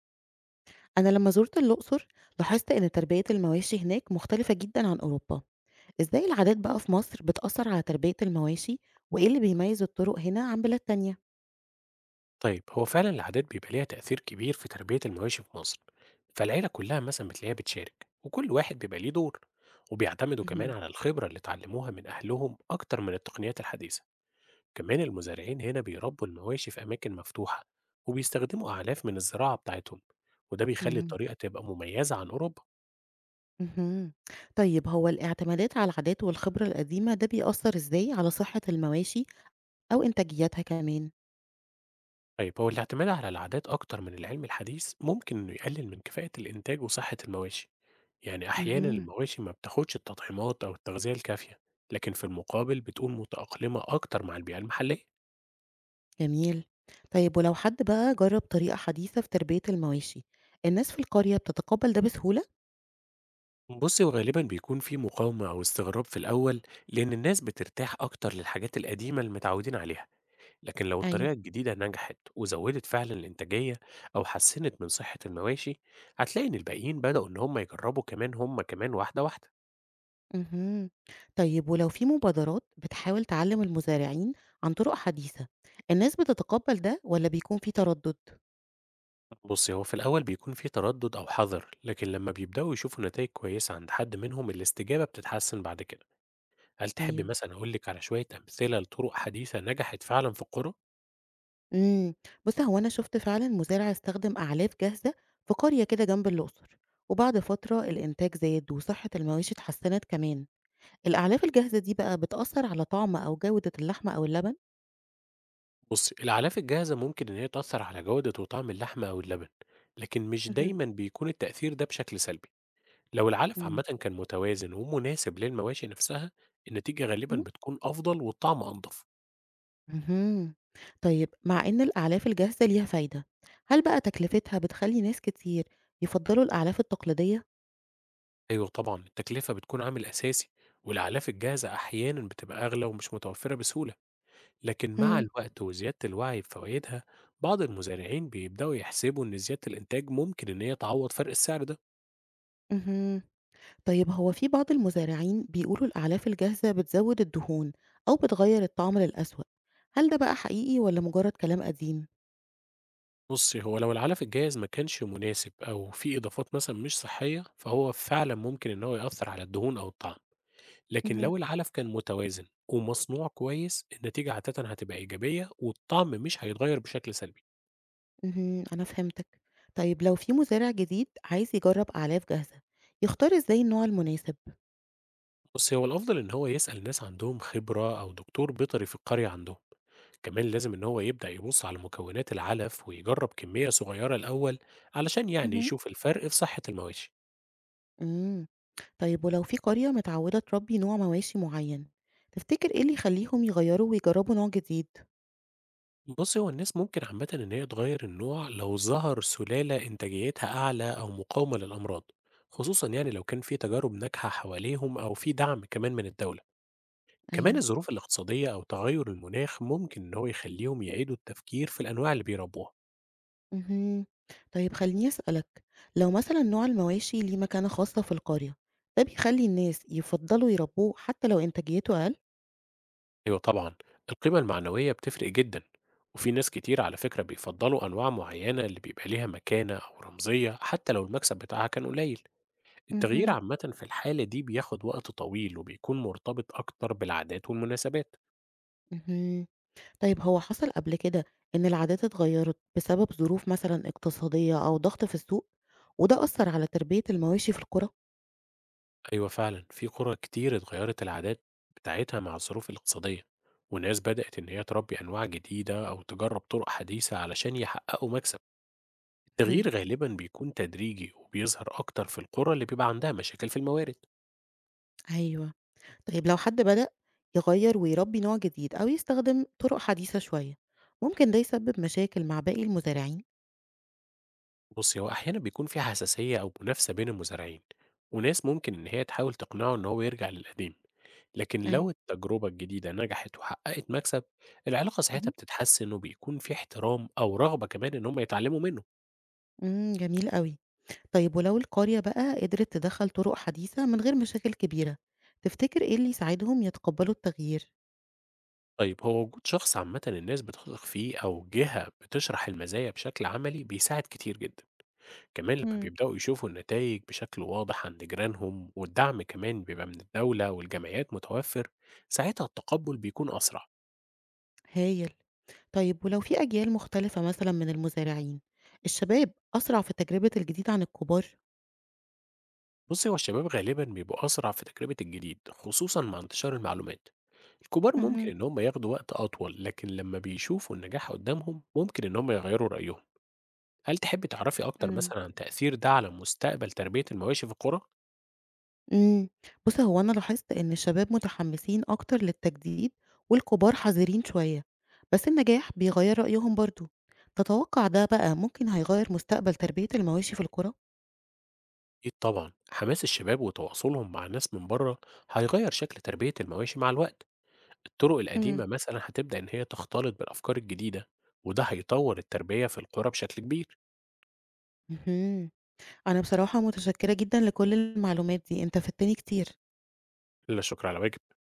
أنا لما زرت الأقصر لاحظت إن تربية المواشي هناك مختلفة جدا عن أوروبا، إزاي العادات بقى في مصر بتأثر على تربية المواشي وإيه اللي بيميز الطرق هنا عن بلاد تانية؟ طيب هو فعلا العادات بيبقى ليها تأثير كبير في تربية المواشي في مصر. فالعيلة كلها مثلا بتلاقيها بتشارك، وكل واحد بيبقى ليه دور، وبيعتمدوا كمان مهم. على الخبرة اللي اتعلموها من أهلهم أكتر من التقنيات الحديثة. كمان المزارعين هنا بيربوا المواشي في أماكن مفتوحة، وبيستخدموا أعلاف من الزراعة بتاعتهم، وده بيخلي مم. الطريقة تبقى مميزة عن أوروبا. مهم. طيب هو الاعتمادات على العادات والخبرة القديمة ده بيأثر إزاي على صحة المواشي أو إنتاجيتها كمان؟ طيب هو الاعتماد على العادات أكتر من العلم الحديث ممكن إنه يقلل من كفاءة الإنتاج وصحة المواشي. يعني أحيانا مهم. المواشي ما بتاخدش التطعيمات أو التغذية الكافية، لكن في المقابل بتكون متأقلمة أكتر مع البيئة المحلية. جميل. طيب ولو حد بقى جرب طريقة حديثة في تربية المواشي الناس في القرية بتتقبل ده بسهولة؟ بصي، وغالبا بيكون في مقاومة أو استغراب في الأول، لأن الناس بترتاح أكتر للحاجات القديمة اللي متعودين عليها. لكن لو الطريقة أيوه. الجديدة نجحت وزودت فعلا الإنتاجية أو حسنت من صحة المواشي، هتلاقي إن الباقيين بدأوا إن هم يجربوا كمان، هم كمان واحدة واحدة. اهم. طيب ولو في مبادرات بتحاول تعلّم المزارعين عن طرق حديثة، الناس بتتقبّل ده والّا بيكون في تردُّد؟ بصي هو في الأول بيكون في تردد أو حذر، لكن لما بيبدأوا يشوفوا نتائج كويسة عند حد منهم الاستجابة بتتحسن بعد كده. هل تحبي أيوه. مثلًا أقول لِك على شوية أمثلة لطرق حديثة نجحت فعلًا في القرى؟ إمم. بُص هو أنا شُفت فعلًا مزارع استخدم أعلاف جاهزة في قرية كده جنب الأقصر، وبعد فترة الإنتاج زاد وصحّة المواشي اتحسّنت كمان. الأعلاف الجاهزة دي بقى بتأثّر على طعم أو جودة اللحمة أو اللبن؟ بُصّي، العلافة الجاهزة ممكن إن هي تأثّر على جودة وطعم اللحمة أو اللبن، لكن مش اهم. دايمًا بيكون التأثير ده بشكل سلبي. لو العلف إمم. عامةً كان متوازن ومناسب للمواشي نفسها، النتيجة غالبًا بتكون أفضل والطعم أنضف. اهم. طيب مع إن الأعلاف الجاهزة ليها فايدة، هل بقى تكلفتها بتخلّي ناس كتير يفضّلوا الأعلاف التقليدية؟ أيوه طبعًا، التكلفة بتكون عامل أساسي، والأعلاف الجاهزة أحيانًا بتبقى أغلى ومش متوفرة بسهولة. لكن مع إمم. الوقت وزيادة الوعي بفوائدها، بعض المزارعين بيبدأوا يحسبوا إن زيادة الإنتاج ممكن إن هي تعوض فرق السعر ده. اهم. طيب هو في بعض المزارعين بيقولوا الأعلاف الجاهزة بتزوّد الدهون أو بتغيّر الطعم للأسوأ، هل ده بقى حقيقي والّا مجرّد كلام قديم؟ بصي هو لو العلف الجاهز ما كانش مناسب أو فيه إضافات مثلا مش صحية، فهو فعلا ممكن إن هو يأثر على الدهون أو الطعم. لكن اهم. لو العلف كان متوازن ومصنوع كويس، النتيجة عادة هتبقى إيجابية والطعم مش هيتغير بشكل سلبي. اهم، أنا فهمتك. طيب لو في مزارع جديد عايز يجرّب أعلاف جاهزة، يختار إزاي النوع المناسب؟ بصي هو الأفضل إن هو يسأل ناس عندهم خبرة أو دكتور بيطري في القرية عندهم. كمان لازم إن هو يبدأ يبص على مكونات العلف ويجرب كمية صغيرة الأول، علشان يعني اهم. يشوف الفرق في صحة المواشي. إمم. طيب ولو في قرية متعودة تربي نوع مواشي معين، تفتكر إيه اللي يخليهم يغيّروا ويجربوا نوع جديد؟ بص هو الناس ممكن عامة إن هي تغير النوع لو ظهر سلالة إنتاجيتها أعلى أو مقاومة للأمراض، خصوصا يعني لو كان في تجارب ناجحة حواليهم أو في دعم كمان من الدولة. كمان أيوه. الظروف الاقتصادية أو تغير المناخ ممكن إن هو يخليهم يعيدوا التفكير في الأنواع اللي بيربوها. اهم. طيب خلّيني أسألك، لو مثلًا نوع المواشي ليه مكانة خاصة في القرية، ده بيخلّي الناس يفضّلوا يربوه حتى لو إنتاجيته أقل؟ أيوة طبعًا، القيمة المعنوية بتفرق جدًا، وفي ناس كتير على فكرة بيفضّلوا أنواع معيّنة اللي بيبقى ليها مكانة أو رمزية حتى لو المكسب بتاعها كان قليل. التغيير اهم. عامةً في الحالة دي بياخد وقت طويل وبيكون مرتبط أكتر بالعادات والمناسبات. اهم. طيب هو حصل قبل كده إن العادات اتغيّرت بسبب ظروف مثلًا اقتصادية أو ضغط في السوق، وده أثّر على تربية المواشي في القرى؟ أيوه فعلًا، في قرى كتير اتغيّرت العادات بتاعتها مع الظروف الاقتصادية، وناس بدأت إن هي تربي أنواع جديدة أو تجرّب طرق حديثة علشان يحققوا مكسب. اهم. التغيير غالبًا بيكون تدريجي وبيظهر أكتر في القرى اللي بيبقى عندها مشاكل في الموارد. أيوه. طيب لو حد بدأ يغير ويربي نوع جديد أو يستخدم طرق حديثة شوية ممكن ده يسبب مشاكل مع باقي المزارعين؟ بصي هو أحيانا بيكون في حساسية أو منافسة بين المزارعين، وناس ممكن إن هي تحاول تقنعه إن هو يرجع للقديم. لكن أيوة. لو التجربة الجديدة نجحت وحققت مكسب، العلاقة ساعتها مهم. بتتحسن وبيكون في احترام أو رغبة كمان إن هم يتعلموا منه. جميل قوي. طيب ولو القرية بقى قدرت تدخل طرق حديثة من غير مشاكل كبيرة تفتكر ايه اللي يساعدهم يتقبلوا التغيير؟ طيب هو وجود شخص عامة الناس بتثق فيه أو جهة بتشرح المزايا بشكل عملي بيساعد كتير جدا. كمان لما مم. بيبدأوا يشوفوا النتائج بشكل واضح عند جيرانهم، والدعم كمان بيبقى من الدولة والجمعيات متوفر، ساعتها التقبل بيكون أسرع. هايل. طيب ولو في أجيال مختلفة مثلا من المزارعين الشباب أسرع في تجربة الجديد عن الكبار؟ بصي هو الشباب غالبا بيبقوا أسرع في تجربة الجديد، خصوصا مع انتشار المعلومات. الكبار ممكن مهم. إن هم ياخدوا وقت أطول، لكن لما بيشوفوا النجاح قدامهم ممكن إن هم يغيروا رأيهم. هل تحبي تعرفي أكتر مم. مثلا عن تأثير ده على مستقبل تربية المواشي في القرى؟ إمم. بُص، هو أنا لاحظت إن الشباب متحمّسين أكتر للتجديد والكبار حذرين شوية، بس النجاح بيغيّر رأيهم برضه. تتوقّع ده بقى ممكن هيغيّر مستقبل تربية المواشي في القرى؟ أكيد طبعا، حماس الشباب وتواصلهم مع ناس من بره هيغير شكل تربية المواشي مع الوقت. الطرق إمم. القديمة مثلا هتبدأ إن هي تختلط بالأفكار الجديدة، وده هيطور التربية في القرى بشكل كبير. اهم. أنا بصراحة متشكّرة جدًا لكل المعلومات دي، أنت فدتني كتير. لا شكر على واجب.